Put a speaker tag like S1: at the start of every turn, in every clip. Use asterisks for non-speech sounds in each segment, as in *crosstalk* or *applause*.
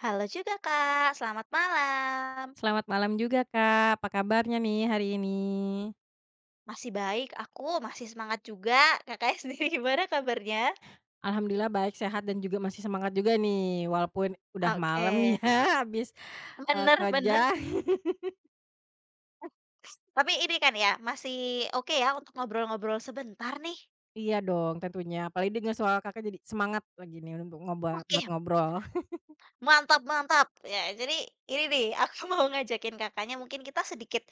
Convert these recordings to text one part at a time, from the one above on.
S1: Halo juga Kak, selamat malam.
S2: Selamat malam juga, Kak. Apa kabarnya nih hari ini?
S1: Masih baik, aku masih semangat juga. Kakaknya *laughs* sendiri gimana kabarnya?
S2: Alhamdulillah baik, sehat, dan juga masih semangat juga nih walaupun udah malam
S1: Oke,
S2: *laughs* ya habis,
S1: bener bener.
S2: kerja. *laughs*
S1: Tapi ini kan ya, masih oke ya untuk ngobrol-ngobrol sebentar nih?
S2: Iya dong tentunya, apalagi dengan suara Kakak jadi semangat lagi nih untuk ngobrol buat
S1: Oke,
S2: ngobrol. *laughs*
S1: mantap mantap. Ya, jadi ini nih, *laughs* aku mau ngajakin Kakaknya mungkin kita sedikit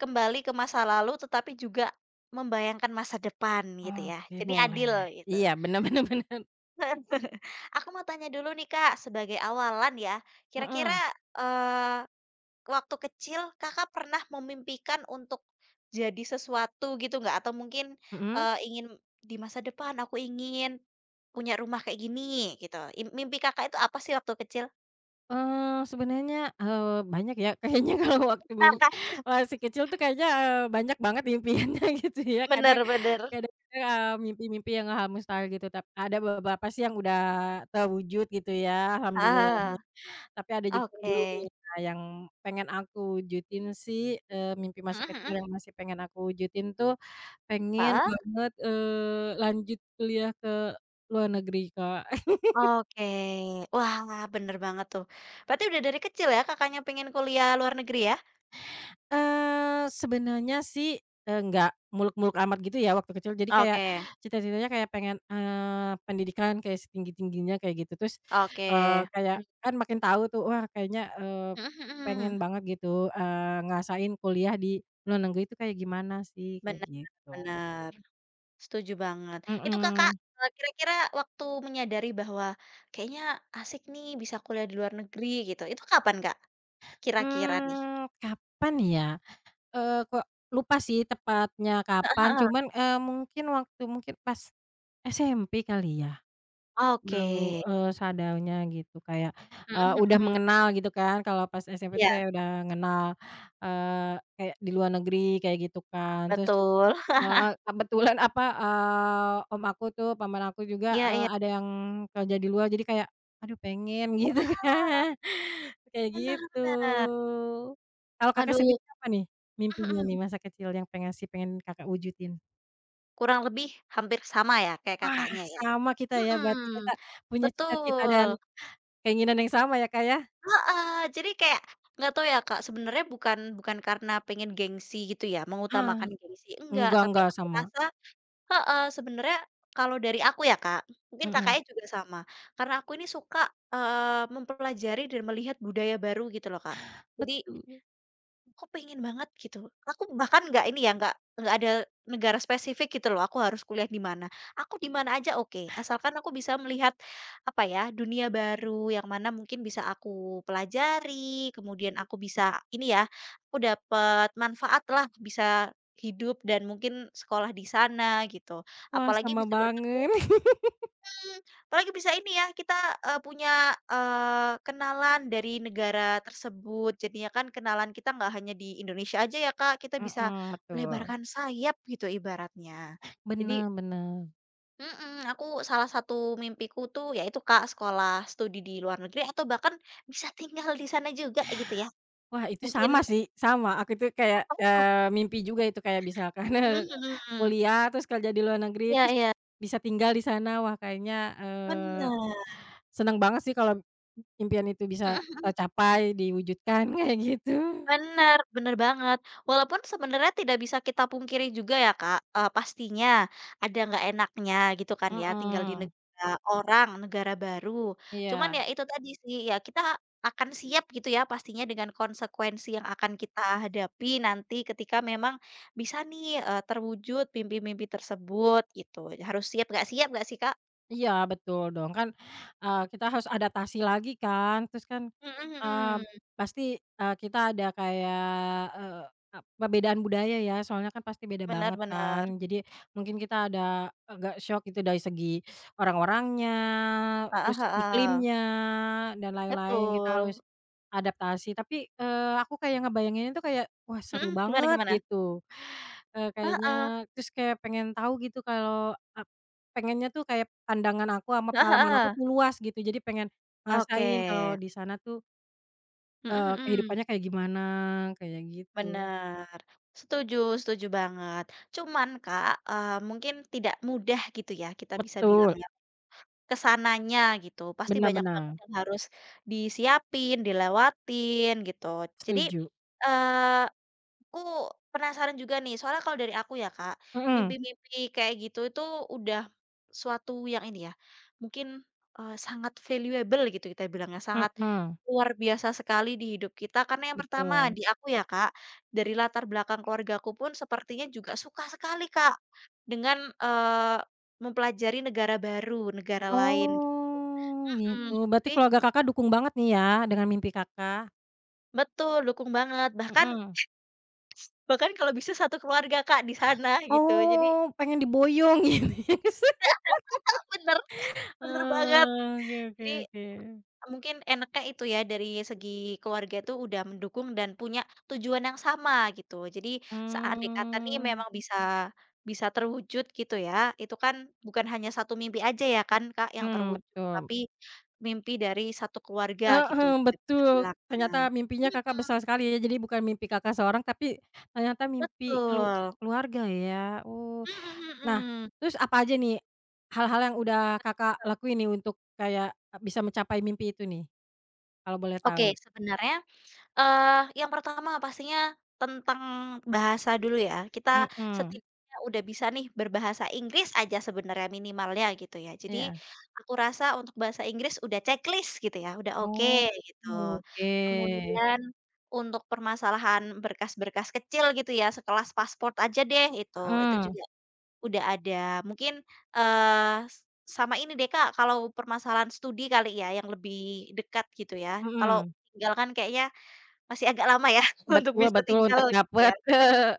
S1: kembali ke masa lalu tetapi juga membayangkan masa depan gitu ya.
S2: Oke
S1: Jadi
S2: boleh.
S1: adil gitu.
S2: Iya benar-benar benar bener bener.
S1: *laughs* Aku mau tanya dulu nih Kak, sebagai awalan ya, kira-kira,
S2: Mhm,
S1: eee, waktu kecil Kakak pernah memimpikan untuk jadi sesuatu gitu nggak? Atau mungkin,
S2: mhm.
S1: ingin di masa depan aku ingin punya rumah kayak gini gitu, mimpi Kakak itu apa sih waktu kecil?
S2: Sebenarnya, banyak ya kayaknya *laughs* kalau waktu mim
S1: *laughs*
S2: masih kecil tuh kayaknya, banyak banget impiannya *laughs* gitu ya
S1: Bener bener.
S2: kadang-kadang, mimpi-mimpi yang hangus gitu ada beberapa sih yang udah terwujud gitu ya alhamdulillahnya,
S1: Ah,
S2: tapi ada juga yang
S1: oke.
S2: belum nih. Nah yang pengen aku wujudin sih, mimpi masa
S1: Mhm
S2: kecil
S1: mhm,
S2: yang masih pengen aku wujudin tuh pengen
S1: heeh?
S2: banget, lanjut kuliah ke luar negeri, Kak.
S1: Oke, wah bener banget tuh. Berarti udah dari kecil ya Kakaknya pengen kuliah luar negeri ya?
S2: Sebenarnya sih, nggak muluk-muluk amat gitu ya waktu kecil. Jadi kayak
S1: Oke.
S2: cita-citanya kayak pengen, pendidikan kayak setinggi-tingginya kayak gitu. Terus,
S1: Oke,
S2: kayak
S1: mhm.
S2: kan makin tahu tuh, wah kayaknya,
S1: Mhm mhm.
S2: pengen banget gitu, ngerasain kuliah di luar negeri itu kayak gimana sih, kayak
S1: Bener
S2: gitu.
S1: bener, setuju banget. Itu Kakak,
S2: Mhm.
S1: kira-kira waktu menyadari bahwa kayaknya asik nih bisa kuliah di luar negeri gitu, itu kapan Kak, kira-kira nih?
S2: Mmm, kapan ya? Kok lupa sih tepatnya
S1: Heeh
S2: kapan,
S1: heeh,
S2: cuman, mungkin mungkin pas SMP kali ya?
S1: oke.
S2: Mau, sadarnya gitu kayak,
S1: Mhm
S2: udah
S1: mhm,
S2: mengenal gitu kan kalau pas SMP itu
S1: iya,
S2: kayak udah ngenal, kayak di luar negeri kayak gitu kan terus,
S1: betul. *laughs*
S2: kebetulan apa, om aku tuh paman aku juga,
S1: Iya iya.
S2: ada yang kerja di luar jadi kayak, aduh pengen *laughs*
S1: Wah,
S2: gitu kan kayak
S1: benar
S2: gitu.
S1: bener.
S2: Kalau Kakak
S1: Aduh,
S2: sendiri apa nih
S1: mhm
S2: mimpinya
S1: mhm,
S2: nih masa kecil yang pengen Kakak wujudin?
S1: kurang lebih hampir sama ya kayak
S2: Wah
S1: Kakaknya ya?
S2: sama kita ya berarti
S1: Mhm,
S2: kita punya cita-cita dan
S1: betul.
S2: keinginan yang sama ya, Kak, ya?
S1: Heeh, jadi kayak nggak tahu ya, Kak, sebenarnya bukan bukan karena pengen gengsi gitu ya,
S2: Ah.
S1: mengutamakan gengsi, enggak, tapi
S2: Enggak,
S1: aku
S2: sama,
S1: rasa heeh, sebenarnya kalau dari aku ya, Kak, mungkin
S2: mhm.
S1: Kakaknya juga sama, karena aku ini suka, mempelajari dan melihat budaya baru gitu loh, Kak. Jadi
S2: Betul.
S1: aku pengen banget gitu. Aku bahkan nggak ini ya, nggak ada negara spesifik gitu loh, aku harus kuliah di mana. Aku di mana aja oke, asalkan aku bisa melihat, apa ya, dunia baru yang mana mungkin bisa aku pelajari, kemudian aku bisa ini ya, aku dapat manfaat lah, bisa hidup dan mungkin sekolah di sana gitu.
S2: Wah,
S1: Apalagi
S2: sama
S1: bisa bertemu,
S2: banget. *laughs*
S1: mhm, apalagi bisa ini ya, kita, punya, kenalan dari negara tersebut, jadinya kan kenalan kita nggak hanya di Indonesia aja ya, Kak, kita bisa
S2: Mhm, betul.
S1: melebarkan sayap gitu ibaratnya. Jadi,
S2: Bener bener.
S1: mhm, aku salah satu mimpiku tuh ya itu, Kak, sekolah studi di luar negeri atau bahkan bisa tinggal di sana juga gitu ya,
S2: Wah, itu
S1: mungkin
S2: sama sih, sama, aku itu kayak,
S1: *unintelligible*
S2: mimpi juga itu kayak misalkan
S1: mhm
S2: *laughs*
S1: mhm. *laughs*
S2: kuliah terus kerja di luar negeri,
S1: Iya
S2: terus
S1: iya,
S2: bisa tinggal di sana. Wah, kayaknya, eee,
S1: bener.
S2: seneng banget sih kalau impian itu bisa
S1: Mhm mhm.
S2: tercapai, diwujudkan *laughs* kayak gitu.
S1: Bener bener banget. Walaupun sebenarnya tidak bisa kita pungkiri juga ya Kak, pastinya ada nggak enaknya gitu kan ya tinggal di
S2: Mhm,
S1: negara orang, negara baru. Cuman
S2: iya.
S1: ya itu tadi sih, ya kita akan siap gitu ya pastinya dengan konsekuensi yang akan kita hadapi nanti ketika memang bisa nih, terwujud mimpi-mimpi tersebut gitu. Harus siap nggak sih Kak?
S2: Iya betul dong kan, kita harus adaptasi lagi kan terus kan,
S1: Mhm
S2: eee,
S1: mhm.
S2: pasti, kita ada kayak, eee, perbedaan budaya ya soalnya kan pasti beda
S1: Bener
S2: banget
S1: bener.
S2: kan jadi mungkin kita ada agak syok gitu dari segi orang-orangnya,
S1: Heeh
S2: terus
S1: heeh.
S2: iklimnya dan lain-lain kita harus
S1: Betul.
S2: adaptasi tapi, aku kayak ngebayanginnya tuh kayak wah seru
S1: Mhm, gimana
S2: banget
S1: gimana?
S2: gitu. Kayaknya
S1: Heeh.
S2: terus kayak pengen tahu gitu kalau ap pengennya tuh kayak pandangan aku sama
S1: Heeh
S2: pengalaman aku
S1: heeh.
S2: tuh luas gitu, jadi pengen
S1: Oke.
S2: ngerasain kalau di sana tuh,
S1: Mhm mhm.
S2: kehidupannya kayak gimana, kayak gitu.
S1: Bener. Setuju setuju banget. Cuman Kak, mungkin tidak mudah gitu ya, kita bisa bilang
S2: Betul,
S1: ya, ke sananya gitu. Pasti
S2: benar
S1: banyak
S2: benar,
S1: banget yang harus disiapin, dilewatin gitu. Jadi,
S2: setuju.
S1: eee aku penasaran juga nih, soalnya kalau dari aku ya Kak,
S2: Mhm,
S1: mimpi-mimpi kayak gitu itu udah suatu yang ini ya, mungkin, sangat valuable gitu kita bilangnya, sangat
S2: mhm,
S1: luar biasa sekali di hidup kita. Karena yang pertama
S2: betul.
S1: di aku ya Kak, dari latar belakang keluargaku pun sepertinya juga suka sekali Kak dengan, eee, mempelajari negara baru, negara lain.
S2: Oh, gitu.
S1: Mhm,
S2: Berarti
S1: jadi
S2: keluarga Kakak dukung banget nih ya dengan mimpi Kakak?
S1: betul, dukung banget. Bahkan
S2: Mhm.
S1: bahkan kalau bisa satu keluarga Kak di sana gitu, jadi
S2: Oh, pengen diboyong *laughs* gitu ya?
S1: bener bener banget.
S2: Oke oke
S1: Jadi,
S2: oke.
S1: mungkin enaknya itu ya dari segi keluarga itu udah mendukung dan punya tujuan yang sama gitu. Jadi seandai kata nih
S2: Mmm.
S1: memang bisa bisa terwujud gitu ya, itu kan bukan hanya satu mimpi aja ya kan, Kak, yang
S2: Mmm,
S1: terwujud, tapi
S2: betul.
S1: mimpi dari satu keluarga gitu
S2: Heeh,
S1: bisa kita
S2: betul.
S1: bilangnya.
S2: Ternyata mimpinya Kakak
S1: Mhm,
S2: besar sekali ya, jadi bukan mimpi Kakak seorang, tapi ternyata mimpi kelu
S1: betul.
S2: keluarga ya? Oh.
S1: Mhm
S2: Nah,
S1: mhm.
S2: terus apa aja nih hal-hal yang udah Kakak lakuin nih untuk kayak, bisa mencapai mimpi itu nih? Kalau boleh
S1: Oke,
S2: tahu?
S1: sebenarnya Eee, yang pertama pastinya tentang bahasa dulu ya. Kita
S2: Mhm,
S1: setidaknya udah bisa nih berbahasa Inggris aja sebenarnya minimalnya gitu ya. Jadi
S2: iya.
S1: aku rasa untuk bahasa Inggris udah checklist gitu ya, udah oke
S2: Oh,
S1: gitu.
S2: oke.
S1: Kemudian untuk permasalahan berkas-berkas kecil gitu ya, sekelas pasport aja deh itu
S2: Heeh,
S1: juga udah ada. Mungkin, sama ini deh Kak, kalau permasalahan studi kali ya yang lebih dekat gitu ya. Kalau
S2: mhm.
S1: tinggal kan kayaknya masih agak lama ya *laughs* untuk
S2: Betul
S1: bisa
S2: betul, untuk
S1: tinggal gitu ya.
S2: dapet *laughs*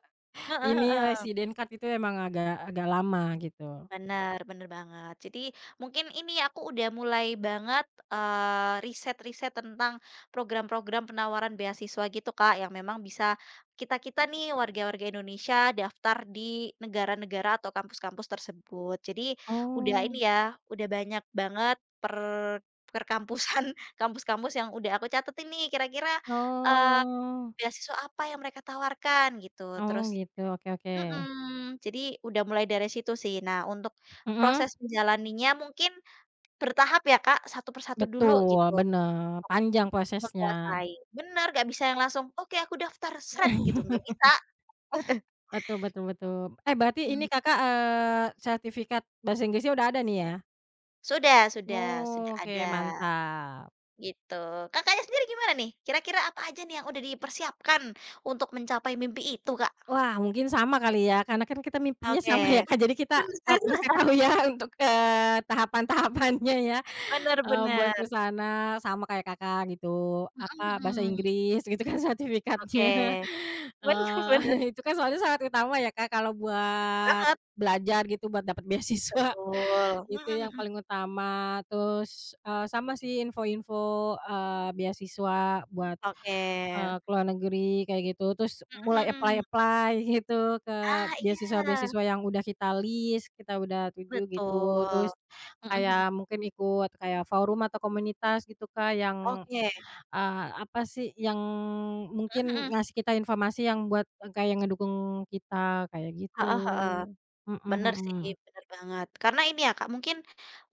S1: Heeh
S2: ini
S1: heeh,
S2: resident card itu emang agak agak lama gitu.
S1: bener bener banget. Jadi mungkin ini aku udah mulai banget, riset-riset tentang program-program penawaran beasiswa gitu, Kak, yang memang bisa kita-kita nih warga-warga Indonesia daftar di negara-negara atau kampus-kampus tersebut. Jadi udah ini
S2: Oh.
S1: ya, udah banyak banget per perkampusan, *laughs* kampus-kampus yang udah aku catet ini kira-kira, eee,
S2: Oh
S1: beasiswa apa yang mereka tawarkan gitu.
S2: oh
S1: Terus
S2: gitu, oke oke.
S1: mhm, jadi udah mulai dari situ sih. Nah, untuk
S2: Mhm,
S1: proses menjalaninya mungkin bertahap ya, Kak, satu persatu dulu
S2: betul,
S1: gitu,
S2: bener, panjang prosesnya.
S1: menguasai. Bener, nggak bisa yang langsung, "Oke, aku daftar, sret," gitu,
S2: *laughs*
S1: nggak bisa.
S2: Betul betul betul. Eh, berarti ini
S1: Mhm.
S2: Kakak, sertifikat bahasa Inggrisnya udah ada nih ya?
S1: Sudah sudah
S2: Oh,
S1: sudah
S2: oke,
S1: ada,
S2: mantap.
S1: gitu. Kakaknya sendiri gimana nih? Kira-kira apa aja nih yang udah dipersiapkan untuk mencapai mimpi itu, Kak?
S2: Wah, mungkin sama kali ya, karena kan kita mimpinya sama ya
S1: Oke.
S2: Kak, jadi kita,
S1: *laughs*
S2: pasti tahu
S1: Bener.
S2: ya *laughs* untuk, tahapan-tahapannya ya,
S1: Bener
S2: buat ke
S1: bener.
S2: sana sama kayak Kakak gitu,
S1: Mhm
S2: apa, bahasa
S1: mhm.
S2: Inggris gitu kan *laughs*
S1: Oke.
S2: sertifikatnya.
S1: Bener
S2: Eee,
S1: bener
S2: *laughs* itu kan soalnya syarat utama ya, Kak, kalau buat
S1: banget.
S2: belajar gitu, buat dapat *laughs* beasiswa,
S1: Betul,
S2: itu
S1: mhm
S2: yang
S1: mhm,
S2: paling utama. Terus, sama sih info-info, beasiswa buat,
S1: oke,
S2: ke luar negeri kayak gitu. Terus
S1: mhm
S2: mulai
S1: mhm.
S2: apply-apply *laughs* gitu ke
S1: Ah, iya,
S2: beasiswa-beasiswa yang udah kita list, kita udah tuju gitu. Terus
S1: betul, mhm mhm,
S2: kayak mungkin ikut kayak forum atau komunitas gitu, Kak, yang
S1: oke,
S2: Apa sih yang
S1: mhm
S2: mungkin
S1: mhm.
S2: ngasih kita informasi yang buat eh, kayak ngedukung kita, kayak
S1: Heeh heeh,
S2: gitu. Mhm
S1: bener sih,
S2: mhm.
S1: bener banget. Karena ini ya, Kak, mungkin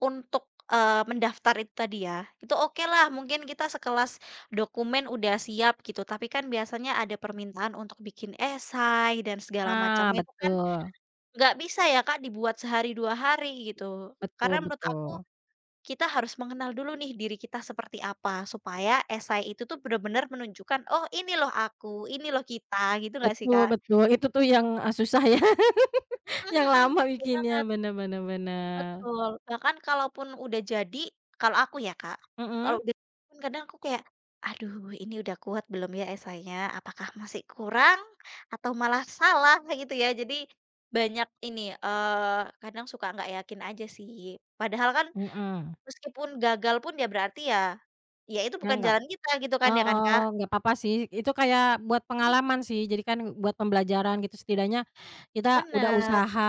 S1: untuk, mendaftar itu tadi ya, itu okelah mungkin kita sekelas dokumen udah siap gitu, tapi kan biasanya ada permintaan untuk bikin esai dan segala
S2: Ah,
S1: macamnya itu kan
S2: betul.
S1: nggak bisa ya, Kak, dibuat sehari 2 hari gitu.
S2: Betul
S1: Karena menurut aku
S2: betul.
S1: kita harus mengenal dulu nih diri kita seperti apa, supaya esai itu tuh benar-benar menunjukkan, "Oh ini loh aku, ini loh kita," gitu nggak sih,
S2: Betul
S1: Kak?
S2: betul, itu tuh yang, susah ya, *laughs*
S1: Mhm
S2: yang
S1: mhm,
S2: lama bikinnya,
S1: bener,
S2: bener bener bener.
S1: betul. Bahkan kalaupun udah jadi, kalau aku ya, Kak, kalau
S2: Mhm?
S1: udah pun kadang aku kayak, "Aduh ini udah kuat belum ya esainya? Apakah masih kurang atau malah salah?" Gitu ya. Jadi banyak ini, kadang suka nggak yakin aja sih. Padahal kan
S2: Mhm.
S1: meskipun gagal pun ya berarti ya, ya itu
S2: Ya
S1: bukan
S2: nggak
S1: jalan kita gitu kan ya kan,
S2: heeh,
S1: Kak?
S2: nggak apa-apa sih, itu kayak buat
S1: Mhm.
S2: pengalaman sih, jadi kan buat pembelajaran gitu, setidaknya kita udah
S1: Bener,
S2: usaha,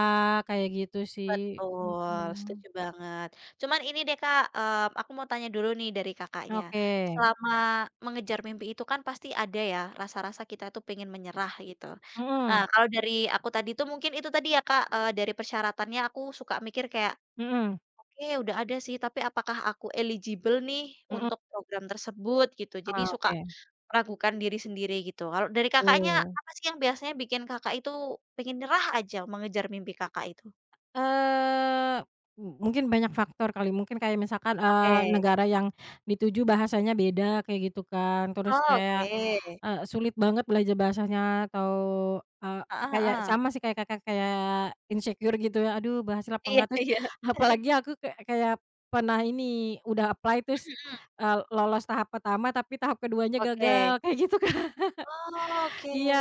S2: kayak gitu sih.
S1: betul,
S2: Mhm.
S1: setuju banget. Cuman ini deh, Kak, aku mau tanya dulu nih dari Kakaknya.
S2: Oke.
S1: Selama mengejar mimpi itu kan pasti ada ya rasa-rasa kita tuh pengen menyerah gitu. Nah,
S2: Mhm
S1: kalau dari aku tadi tuh mungkin itu tadi ya, Kak, dari persyaratannya aku suka mikir kayak
S2: mhm
S1: oke, udah ada sih, tapi apakah aku eligible nih
S2: mhm.
S1: untuk program tersebut gitu. Jadi suka
S2: Oke,
S1: meragukan diri sendiri gitu. Kalau dari Kakaknya,
S2: betul.
S1: apa sih yang biasanya bikin Kakak itu pengen nyerah aja mengejar mimpi Kakak itu?
S2: Eee, mu mungkin banyak faktor kali, mungkin kayak misalkan,
S1: Oke.
S2: negara yang dituju bahasanya beda kayak gitu kan, terus
S1: Oh,
S2: kayak,
S1: oke.
S2: sulit banget belajar bahasanya atau, eee,
S1: Heeh
S2: kayak
S1: heeh.
S2: sama sih kayak Kakak, kayak insecure gitu ya, "Aduh berhasil apa
S1: Iya
S2: enggak?"
S1: *laughs*
S2: Terus
S1: iya. Mhm
S2: apalagi aku kayak kayak pernah ini, udah apply terus,
S1: mhm.
S2: lolos tahap pertama tapi tahap keduanya
S1: Oke.
S2: gagal, kayak gitu kan.
S1: Oh, oke.
S2: Iya,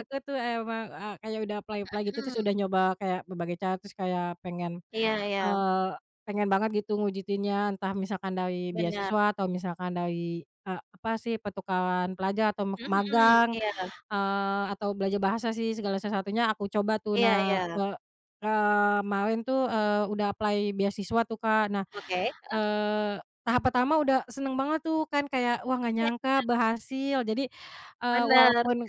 S2: aku tuh emang, kayak udah apply-apply gitu, terus udah
S1: Mhm.
S2: nyoba kayak berbagai cara, terus kayak pengen,
S1: Iya iya,
S2: eee, pengen banget gitu ngewujudinnya, entah misalkan dari
S1: benar.
S2: beasiswa atau misalkan dari, apa sih, pertukaran pelajar atau
S1: Mhm mhm.
S2: magang,
S1: Iya.
S2: atau belajar bahasa sih, segala sesuatunya aku coba tuh.
S1: Iya
S2: Nah,
S1: iya.
S2: kemarin tuh, udah apply beasiswa tuh, Kak. Nah,
S1: Oke. Heeh
S2: eee, tahap pertama udah seneng banget tuh kan, kayak, wah nggak
S1: heeh.
S2: nyangka berhasil. Jadi,
S1: Benar.
S2: walaupun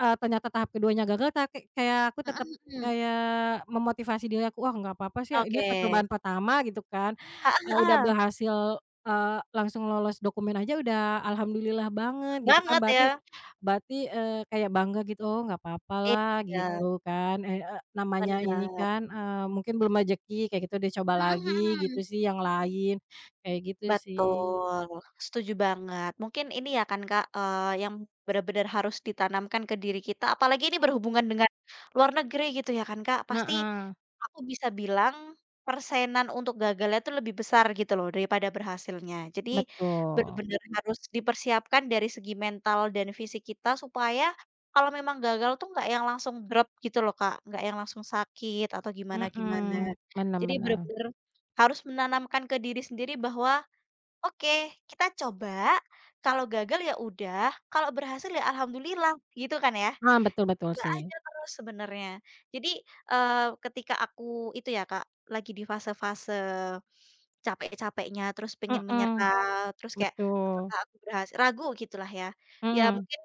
S2: Ternyata tahap keduanya gagal ta kek kayak aku tetap
S1: Mhm mhm.
S2: kayak memotivasi diri aku, "Wah nggak apa-apa sih, ini
S1: Oke.
S2: percobaan pertama," gitu kan.
S1: Heeh
S2: Udah
S1: heeh.
S2: berhasil, langsung lolos dokumen aja udah alhamdulillah banget gitu kan,
S1: Banget ya,
S2: berarti berarti, kayak bangga gitu, "Oh nggak apa-apalah,"
S1: iya
S2: gitu kan, eee eee, namanya ini
S1: bener,
S2: kan, mungkin belum rezeki kayak gitu, dicoba
S1: mhm
S2: lagi gitu
S1: mhm,
S2: sih yang lain, kayak gitu sih.
S1: betul, setuju banget. Mungkin ini ya kan Kak, yang bener-bener harus ditanamkan ke diri kita, apalagi ini berhubungan dengan luar negeri gitu ya kan Kak, pasti
S2: Heeh,
S1: aku bisa bilang persenan untuk gagalnya itu lebih besar gitu loh daripada berhasilnya. Jadi
S2: betul.
S1: benar-benar harus dipersiapkan dari segi mental dan fisik kita supaya kalau memang gagal tuh nggak yang langsung drop gitu loh Kak, nggak yang langsung sakit atau gimana-gimana.
S2: Mhm, bener
S1: Jadi
S2: bener.
S1: benar-benar harus menanamkan ke diri sendiri bahwa, "Oke, kita coba, kalau gagal ya udah, kalau berhasil ya alhamdulillah," gitu kan ya?
S2: Ah, betul betul
S1: Mbak,
S2: sih.
S1: aja terus sebenarnya. Jadi, ketika aku itu ya, Kak, lagi di fase-fase capek-capeknya, terus pengen
S2: Mhm,
S1: menyerah, terus kayak,
S2: betul.
S1: "Apakah aku berhasil?" ragu gitulah ya. Ya
S2: Mhm.
S1: mungkin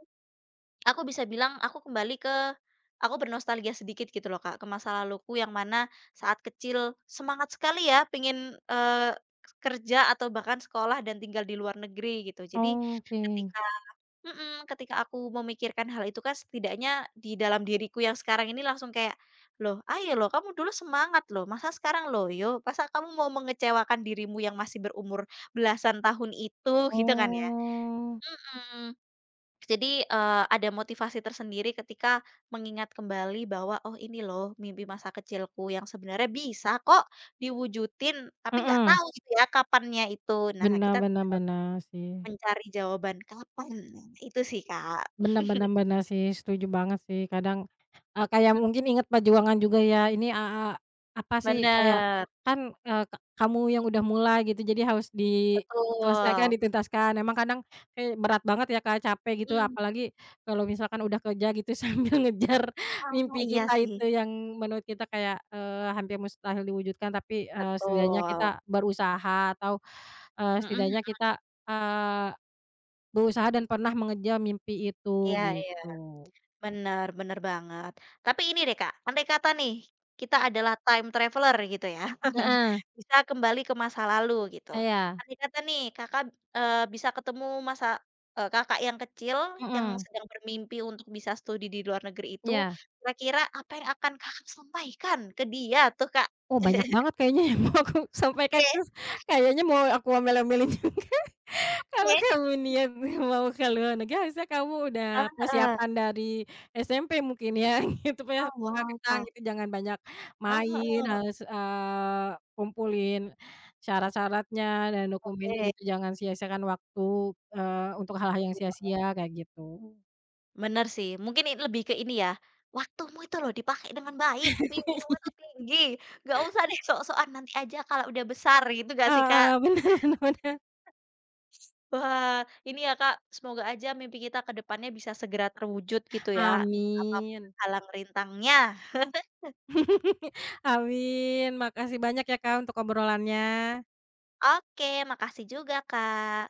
S1: aku bisa bilang aku kembali ke aku bernostalgia sedikit gitu loh, Kak, ke masa laluku yang mana saat kecil semangat sekali ya pengen, kerja atau bahkan sekolah dan tinggal di luar negeri gitu. Jadi
S2: Oke.
S1: ketika Mhm, ketika aku memikirkan hal itu kan setidaknya di dalam diriku yang sekarang ini langsung kayak, "Loh, ayo loh kamu dulu semangat loh, masa sekarang loyo? Masa kamu mau mengecewakan dirimu yang masih berumur belasan tahun itu?" Gitu kan ya.
S2: Oh.
S1: Mhm. Jadi, ada motivasi tersendiri ketika mengingat kembali bahwa, "Oh ini loh mimpi masa kecilku yang sebenarnya bisa kok diwujudin, tapi nggak
S2: Mhm,
S1: tahu gitu ya kapannya itu." Nah
S2: benar
S1: kita
S2: benar benar sih.
S1: mencari jawaban kapan, nah itu sih, Kak.
S2: Bener bener bener sih, setuju banget sih. Kadang, kayak mungkin inget perjuangan juga ya, ini, apa sih, kayak
S1: Bener,
S2: kan, eee, ka kamu yang udah mulai gitu, jadi harus
S1: betul,
S2: diselesaikan, dituntaskan. Emang kadang kayak berat banget ya, Kak, capek gitu,
S1: mhm.
S2: apalagi kalau misalkan udah kerja gitu *laughs* sambil ngejar
S1: Ah,
S2: mimpi
S1: iya
S2: kita
S1: sih.
S2: itu yang menurut kita kayak, hampir mustahil diwujudkan, tapi, setidaknya
S1: Betul,
S2: kita berusaha atau,
S1: mhm,
S2: setidaknya kita, eee berusaha dan pernah mengejar mimpi itu,
S1: iya iya,
S2: gitu.
S1: bener bener banget. Tapi ini deh, Kak, andai kata nih, kita adalah time traveler gitu ya, *laughs*
S2: Heeh,
S1: bisa kembali ke masa lalu gitu.
S2: iya,
S1: Andai kata nih Kakak, bisa ketemu masa Kakak yang kecil, yang
S2: mhm,
S1: sedang bermimpi untuk bisa studi di luar negeri itu,
S2: iya.
S1: kira-kira apa yang akan Kakak sampaikan ke dia tuh, Kak?
S2: Oh, banyak
S1: *laughs*
S2: banget kayaknya yang mau aku *laughs* sampaikan, terus
S1: Oke
S2: kayaknya mau aku omelin-omelin juga. *laughs* Kalau
S1: oke.
S2: kamu niat mau ke luar negeri, harusnya kamu udah
S1: Ah ah.
S2: persiapan dari SMP mungkin ya, *laughs* gitu, punya
S1: Oh, wow.
S2: bekal gitu, jangan banyak
S1: Heeh
S2: main,
S1: heeh,
S2: harus, kumpulin syarat-syaratnya dan dokumennya
S1: oke,
S2: gitu, jangan sia-siakan waktu, untuk hal-hal yang
S1: betul.
S2: sia-sia, kayak gitu.
S1: Bener sih, mungkin lebih ke ini ya, waktumu itu loh dipakai dengan baik, mimpimu itu tinggi, nggak usah deh sok-sokan, nanti aja kalau udah besar, gitu nggak sih, Kak?
S2: Heeh, *laughs* bener bener bener.
S1: Wah, ini ya, Kak, semoga aja mimpi kita ke depannya bisa segera terwujud gitu ya, entah apa pun
S2: Amin.
S1: halang rintangnya.
S2: *laughs* Amin, makasih banyak ya Kak, untuk obrolannya.
S1: Oke, makasih juga, Kak.